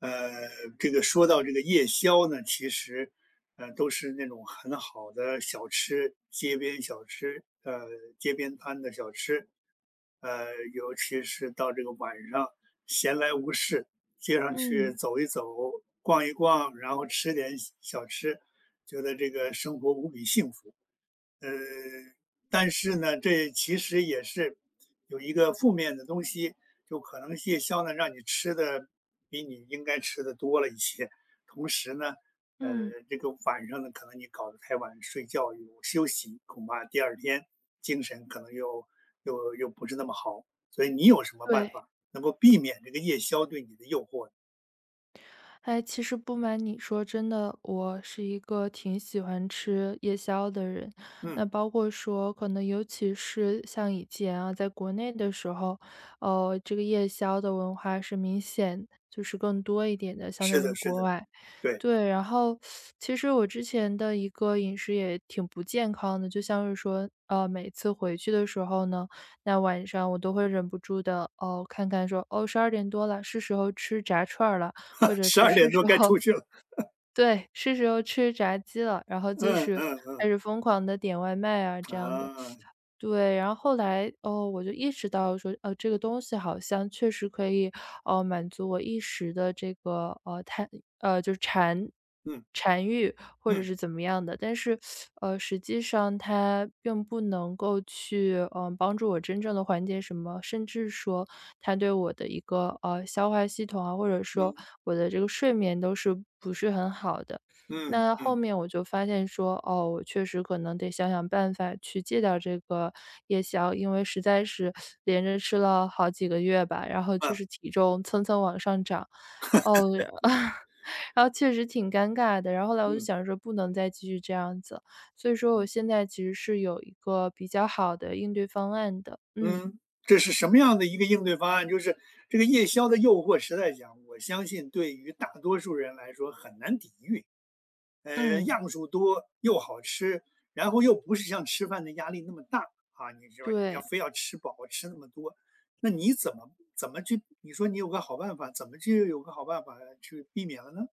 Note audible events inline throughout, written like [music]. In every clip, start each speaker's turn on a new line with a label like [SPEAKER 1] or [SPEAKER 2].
[SPEAKER 1] 呃，这个说到这个夜宵呢，其实，都是那种很好的小吃，街边小吃，街边摊的小吃。呃，尤其是到这个晚上，闲来无事，街上去
[SPEAKER 2] 嗯
[SPEAKER 1] 走一走，逛一逛，然后吃点小吃，觉得这个生活无比幸福。呃，但是呢，这其实也是有一个负面的东西，就可能夜宵呢让你吃的比你应该吃的多了一些，同时呢，呃，
[SPEAKER 2] 嗯，
[SPEAKER 1] 这个晚上呢，可能你搞得太晚睡觉有休息，恐怕第二天精神可能又不是那么好，所以你有什么办
[SPEAKER 2] 对。
[SPEAKER 1] 法能够避免这个夜宵对你的诱惑呢？
[SPEAKER 2] 哎，其实不瞒你说，真的，我是一个挺喜欢吃夜宵的人。
[SPEAKER 1] 嗯，
[SPEAKER 2] 那包括说，可能尤其是像以前啊，在国内的时候，这个夜宵的文化是明显就是更多一点的，相
[SPEAKER 1] 是
[SPEAKER 2] 对于
[SPEAKER 1] 的，是
[SPEAKER 2] 国
[SPEAKER 1] 的，
[SPEAKER 2] 外。
[SPEAKER 1] 对，
[SPEAKER 2] 对，然后其实我之前的一个饮食也挺不健康的，就像是说，每次回去的时候呢，那晚上我都会忍不住的，哦，看看说，哦，十二点多了，是时候吃炸串儿了，或
[SPEAKER 1] [laughs]
[SPEAKER 2] 者
[SPEAKER 1] 十
[SPEAKER 2] 是
[SPEAKER 1] 二点
[SPEAKER 2] 是时
[SPEAKER 1] 多该
[SPEAKER 2] 候，
[SPEAKER 1] 出
[SPEAKER 2] [laughs]
[SPEAKER 1] 去了。
[SPEAKER 2] 对，是时候吃炸鸡了，然后就
[SPEAKER 1] 嗯
[SPEAKER 2] 是
[SPEAKER 1] 嗯嗯，
[SPEAKER 2] 开始疯狂的点外卖啊，这样的。
[SPEAKER 1] 啊，
[SPEAKER 2] 对，然后后来，哦，我就意识到说，这个东西好像确实可以，满足我一时的这个，就是馋
[SPEAKER 1] 嗯
[SPEAKER 2] 馋欲或者
[SPEAKER 1] 嗯
[SPEAKER 2] 是怎么样的，但是，实际上它并不能够去，帮助我真正的缓解什么，甚至说它对我的一个，消化系统啊，或者说
[SPEAKER 1] 嗯。
[SPEAKER 2] 我的这个睡眠都是不是很好的。
[SPEAKER 1] 嗯
[SPEAKER 2] 那后
[SPEAKER 1] 嗯，
[SPEAKER 2] 面我就发现说，哦，我确实可能得想想办法去戒掉这个夜宵，因为实在是连着吃了好几个月吧，然后就
[SPEAKER 1] 啊，
[SPEAKER 2] 是体重蹭蹭往上涨，哦，[laughs] 然后确实挺尴尬的。然后后来我就
[SPEAKER 1] 嗯
[SPEAKER 2] 想说不能再继续这样子，所以说我
[SPEAKER 1] 嗯
[SPEAKER 2] 现在其实是有一个比较好的应对方案的。嗯
[SPEAKER 1] 嗯，这是什么样的一个应对方案？就是这个夜宵的诱惑，实在讲，我相信对于大多数人来说很难抵御。
[SPEAKER 2] 嗯，
[SPEAKER 1] 样数多又好吃，然后又不是像吃饭的压力那么大啊！你说你要
[SPEAKER 2] 对。
[SPEAKER 1] 非要吃饱吃那么多，那你怎么去？你说你有个好办法，怎么就有个好办法去避免了呢？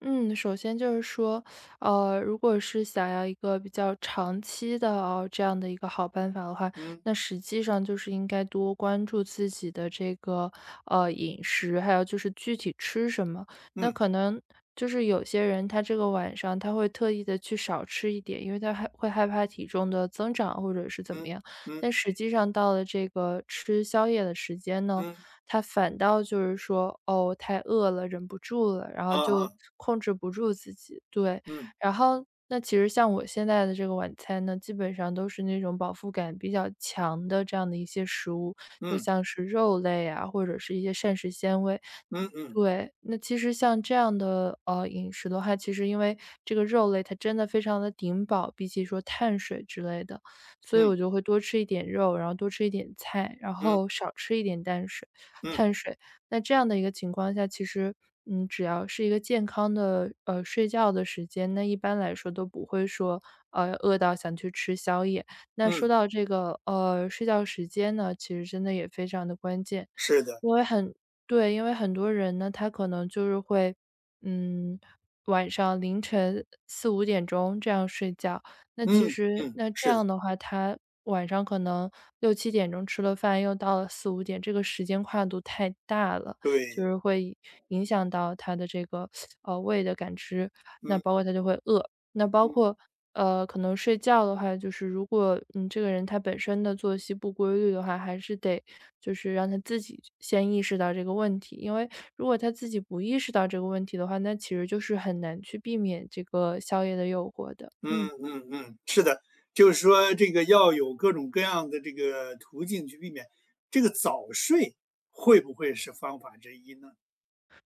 [SPEAKER 2] 嗯，首先就是说，如果是想要一个比较长期的哦，这样的一个好办法的话，
[SPEAKER 1] 嗯
[SPEAKER 2] 那实际上就是应该多关注自己的这个饮食，还有就是具体吃什么。那
[SPEAKER 1] 嗯
[SPEAKER 2] 可能就是有些人他这个晚上他会特意的去少吃一点，因为他会害怕体重的增长或者是怎么
[SPEAKER 1] 嗯
[SPEAKER 2] 样。
[SPEAKER 1] 嗯
[SPEAKER 2] 但实际上到了这个吃宵夜的时间呢，
[SPEAKER 1] 嗯
[SPEAKER 2] 他反倒就是说，哦，太饿了，忍不住了，然后
[SPEAKER 1] 啊
[SPEAKER 2] 就
[SPEAKER 1] 哈
[SPEAKER 2] 控制不住自己，对。
[SPEAKER 1] 嗯
[SPEAKER 2] 然后那其实像我现在的这个晚餐呢，基本上都是那种饱腹感比较强的这样的一些食物，就
[SPEAKER 1] 嗯
[SPEAKER 2] 像是肉类啊，或者是一些膳食纤维。
[SPEAKER 1] 嗯嗯
[SPEAKER 2] 对，那其实像这样的饮食的话，其实因为这个肉类它真的非常的顶饱，比起说碳水之类的，所以
[SPEAKER 1] 嗯
[SPEAKER 2] 我就会多吃一点肉，然后多吃一点菜，然
[SPEAKER 1] 嗯
[SPEAKER 2] 后少吃一点淡水。
[SPEAKER 1] 嗯
[SPEAKER 2] 碳水。那这样的一个情况下，其实，只要是一个健康的，睡觉的时间，那一般来说都不会说，饿到想去吃宵夜。那说
[SPEAKER 1] 嗯。
[SPEAKER 2] 到这个，睡觉时间呢，其实真的也非常的关键。
[SPEAKER 1] 是的，
[SPEAKER 2] 因为很对，因为很多人呢，他可能就是会，嗯，晚上凌晨4、5点钟这样睡觉，那其
[SPEAKER 1] 嗯
[SPEAKER 2] 实
[SPEAKER 1] 嗯，
[SPEAKER 2] 那这
[SPEAKER 1] 是的，
[SPEAKER 2] 样的话，他晚上可能6、7点钟吃了饭，又到了四五点，这个时间跨度太大了，就
[SPEAKER 1] 对，
[SPEAKER 2] 是会影响到他的这个，胃的感知，那包
[SPEAKER 1] 嗯
[SPEAKER 2] 括他就会饿。那包
[SPEAKER 1] 嗯
[SPEAKER 2] 括，可能睡觉的话，就是如果，这个人他本身的作息不规律的话，还是得就是让他自己先意识到这个问题。因为如果他自己不意识到这个问题的话，那其实就是很难去避免这个宵夜的诱惑的，
[SPEAKER 1] 嗯
[SPEAKER 2] 嗯。
[SPEAKER 1] 嗯嗯，是的，就是说这个要有各种各样的这个途径去避免。这个早睡会不会是方法之一呢？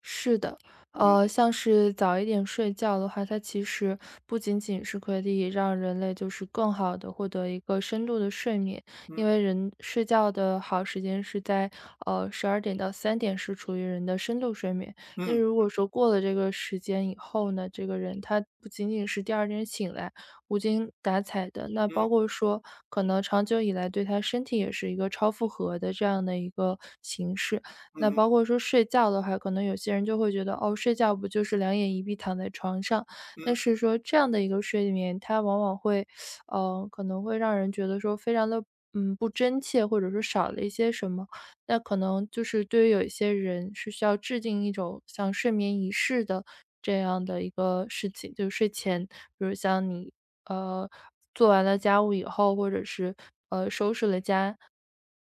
[SPEAKER 2] 是的，
[SPEAKER 1] 嗯
[SPEAKER 2] 像是早一点睡觉的话，它其实不仅仅是可以让人类就是更好的获得一个深度的睡眠，因为
[SPEAKER 1] 嗯
[SPEAKER 2] 人睡觉的好时间是在12点到3点是处于人的深度睡眠。那
[SPEAKER 1] 嗯
[SPEAKER 2] 如果说过了这个时间以后呢，这个人他不仅仅是第二天醒来无精打采的，那包
[SPEAKER 1] 嗯
[SPEAKER 2] 括说可能长久以来对他身体也是一个超负荷的这样的一个形式。
[SPEAKER 1] 嗯
[SPEAKER 2] 那
[SPEAKER 1] 哼
[SPEAKER 2] 包括说睡觉的话，可能有些人就会觉得，哦，睡觉不就是两眼一闭躺在床上，但
[SPEAKER 1] 嗯
[SPEAKER 2] 是说这样的一个睡眠，它往往会，可能会让人觉得说非常的，不真切，或者说少了一些什么。那可能就是对于有一些人是需要制定一种像睡眠仪式的这样的一个事情，就是睡前，比如像你呃做完了家务以后，或者是收拾了家，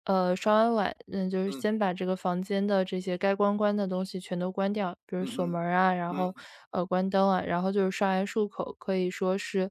[SPEAKER 2] 刷完碗，就是
[SPEAKER 1] 嗯
[SPEAKER 2] 先把这个房间的这些该关关的东西全都关掉，比如
[SPEAKER 1] 嗯
[SPEAKER 2] 锁
[SPEAKER 1] 哼
[SPEAKER 2] 门儿啊，然后
[SPEAKER 1] 嗯
[SPEAKER 2] 关灯啊，然后就是刷牙漱口，可以说是，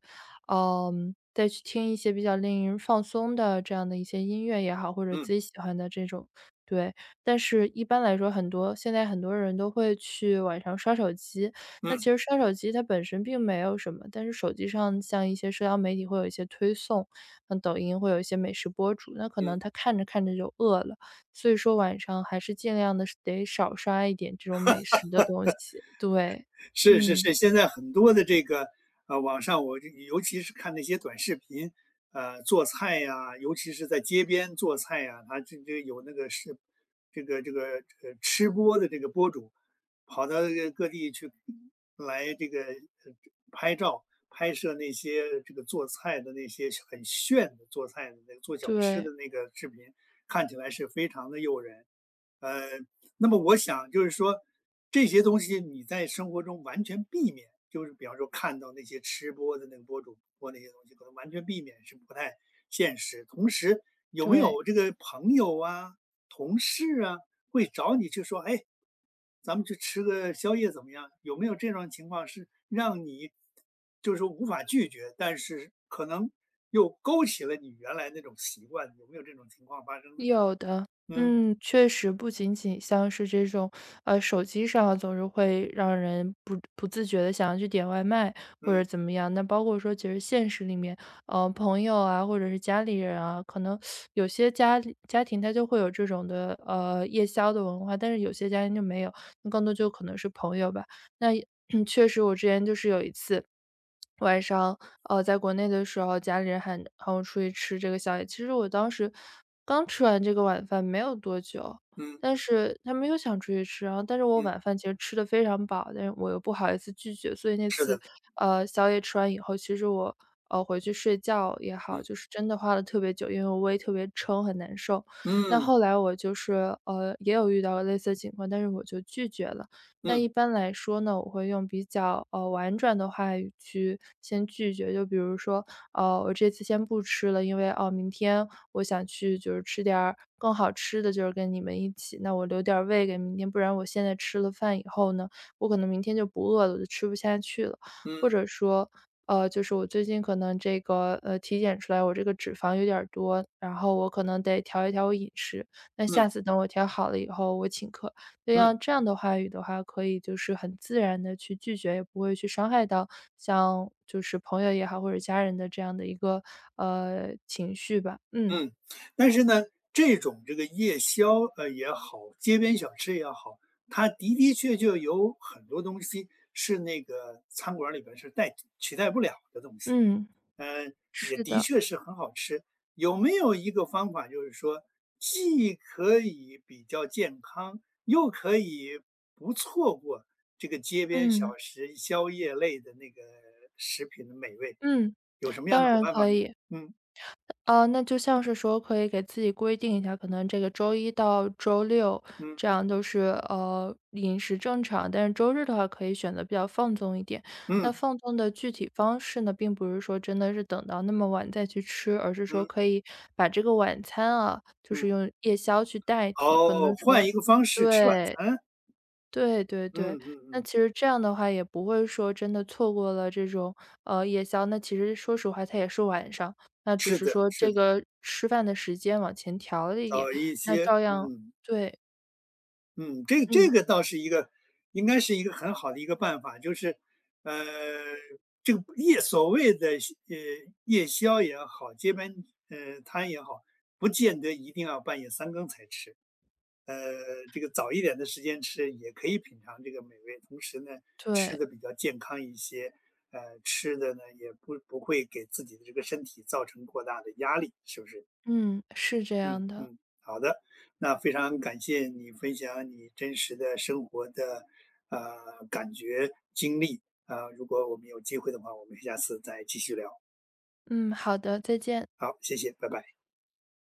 [SPEAKER 2] 再去听一些比较令人放松的这样的一些音乐也好，或者
[SPEAKER 1] 嗯
[SPEAKER 2] 自己喜欢的这种。对，但是一般来说，现在很多人都会去晚上刷手机。那其
[SPEAKER 1] 嗯
[SPEAKER 2] 实刷手机它本身并没有什么，但是手机上像一些社交媒体会有一些推送，像抖音会有一些美食博主，那可
[SPEAKER 1] 嗯。
[SPEAKER 2] 能他看着看着就饿了，所以说晚上还是尽量的得少刷一点这种美食的东西。对，
[SPEAKER 1] 是是
[SPEAKER 2] 嗯，
[SPEAKER 1] 是，现在很多的这个网上我这尤其是看那些短视频，做菜呀、尤其是在街边做菜呀、他这有那个是这个吃播的这个博主，跑到这个各地去来这个拍照拍摄那些这个做菜的那些很炫的做菜的那个做小吃的
[SPEAKER 2] 对
[SPEAKER 1] 那个视频，看起来是非常的诱人。呃，那么我想就是说，这些东西你在生活中完全避免，就是比方说看到那些吃播的那个博主播那些东西，可能完全避免是不太现实。同时，有没
[SPEAKER 2] 对。
[SPEAKER 1] 有这个朋友啊、同事啊，会找你去说，哎，咱们去吃个宵夜怎么样？有没有这种情况是让你就是说无法拒绝，但是可能又勾起了你原来那种习惯？有没有这种情况发生呢？
[SPEAKER 2] 有的，
[SPEAKER 1] 嗯
[SPEAKER 2] 嗯，确实不仅仅像是这种，手机上啊总是会让人不自觉的想要去点外卖或者
[SPEAKER 1] 嗯
[SPEAKER 2] 怎么样。那包括说其实现实里面，朋友啊，或者是家里人啊，可能有些家庭他就会有这种的，夜宵的文化，但是有些家庭就没有，那更多就可能是朋友吧。那也 [clears throat] 确实我之前就是有一次，晚上，在国内的时候，家里人喊我出去吃这个宵夜。其实我当时刚吃完这个晚饭没有多久，
[SPEAKER 1] 嗯嗯
[SPEAKER 2] 但是他们又想出去吃，但是我
[SPEAKER 1] 嗯。
[SPEAKER 2] 晚饭其实吃的非常饱，但是我又不好意思拒绝，所以那次，宵夜吃完以后，其实我回去睡觉也好，就是真的花了特别久，因为我胃特别撑，很难受。那
[SPEAKER 1] 嗯
[SPEAKER 2] 后来我就是也有遇到类似的情况，但是我就拒绝了。那
[SPEAKER 1] 嗯
[SPEAKER 2] 一般来说呢，我会用比较，婉转的话语去先拒绝。就比如说，我这次先不吃了，因为，哦，明天我想去就是吃点儿更好吃的，就是跟你们一起，那我留点儿胃给明天，不然我现在吃了饭以后呢，我可能明天就不饿了，我就吃不下去了。或
[SPEAKER 1] 嗯
[SPEAKER 2] 者说，就是我最近可能这个，体检出来我这个脂肪有点儿多，然后我可能得调一调我饮食，那下
[SPEAKER 1] 嗯
[SPEAKER 2] 次等我调好了以后，我请客。这
[SPEAKER 1] 嗯
[SPEAKER 2] 样这样的话语的话，可以就是很自然的去拒绝，也不会去伤害到像就是朋友也好，或者家人的这样的一个，情绪吧。嗯，
[SPEAKER 1] 嗯，但是呢，这种这个夜宵，也好，街边小吃也好，它的的确确有很多东西是那个餐馆儿里边是取代不了的东西，
[SPEAKER 2] 嗯，
[SPEAKER 1] 呃，也
[SPEAKER 2] 是
[SPEAKER 1] 的
[SPEAKER 2] 的，
[SPEAKER 1] 确是很好吃。有没有一个方法，就是说既可以比较健康，又可以不错过这个街边小
[SPEAKER 2] 嗯，
[SPEAKER 1] 食、宵夜类的那个食品的美味？
[SPEAKER 2] 嗯，
[SPEAKER 1] 有什么样
[SPEAKER 2] 当
[SPEAKER 1] 的好
[SPEAKER 2] 然
[SPEAKER 1] 办法
[SPEAKER 2] 可
[SPEAKER 1] 呢？
[SPEAKER 2] 以。
[SPEAKER 1] 嗯，
[SPEAKER 2] 那就像是说可以给自己规定一下，可能这个周一到周六
[SPEAKER 1] 嗯，
[SPEAKER 2] 这样都是饮食正常，但是周日的话可以选择比较放纵一点。
[SPEAKER 1] 嗯，
[SPEAKER 2] 那放纵的具体方式呢，并不是说真的是等到那么晚再去吃，而是说
[SPEAKER 1] 嗯，
[SPEAKER 2] 可以把这个晚餐啊，就
[SPEAKER 1] 嗯，
[SPEAKER 2] 是用夜宵去代替，可
[SPEAKER 1] 哦，
[SPEAKER 2] 能
[SPEAKER 1] 换
[SPEAKER 2] 说
[SPEAKER 1] 一个方式吃晚
[SPEAKER 2] 对，
[SPEAKER 1] 餐？
[SPEAKER 2] 对对
[SPEAKER 1] 嗯
[SPEAKER 2] 对，
[SPEAKER 1] 嗯
[SPEAKER 2] 那
[SPEAKER 1] 嗯，
[SPEAKER 2] 其实这样的话也不会说真的错过了这种，夜宵。那其实说实话，它也是晚上，那只
[SPEAKER 1] 是
[SPEAKER 2] 是
[SPEAKER 1] 的
[SPEAKER 2] 说
[SPEAKER 1] 是
[SPEAKER 2] 这
[SPEAKER 1] 的，
[SPEAKER 2] 个吃饭的时间往前调了一点，
[SPEAKER 1] 找一
[SPEAKER 2] 那
[SPEAKER 1] 些
[SPEAKER 2] 照样
[SPEAKER 1] 嗯，
[SPEAKER 2] 对，
[SPEAKER 1] 嗯，这这
[SPEAKER 2] 嗯，
[SPEAKER 1] 个倒是一个应该是一个很好的一个办法，就是，呃，这个所谓的呃，夜宵也好，街边，摊也好，不见得一定要半夜三更才吃。这个早一点的时间吃也可以品尝这个美味，同时呢，吃
[SPEAKER 2] 对，
[SPEAKER 1] 的比较健康一些，吃的呢也不会给自己的这个身体造成过大的压力，是不是？
[SPEAKER 2] 嗯，是这
[SPEAKER 1] 嗯
[SPEAKER 2] 样的。
[SPEAKER 1] 嗯，好的，那非常感谢你分享你真实的生活的感觉经历啊、如果我们有机会的话，我们下次再继续聊。
[SPEAKER 2] 嗯，好的，再见。
[SPEAKER 1] 好，谢谢，拜拜。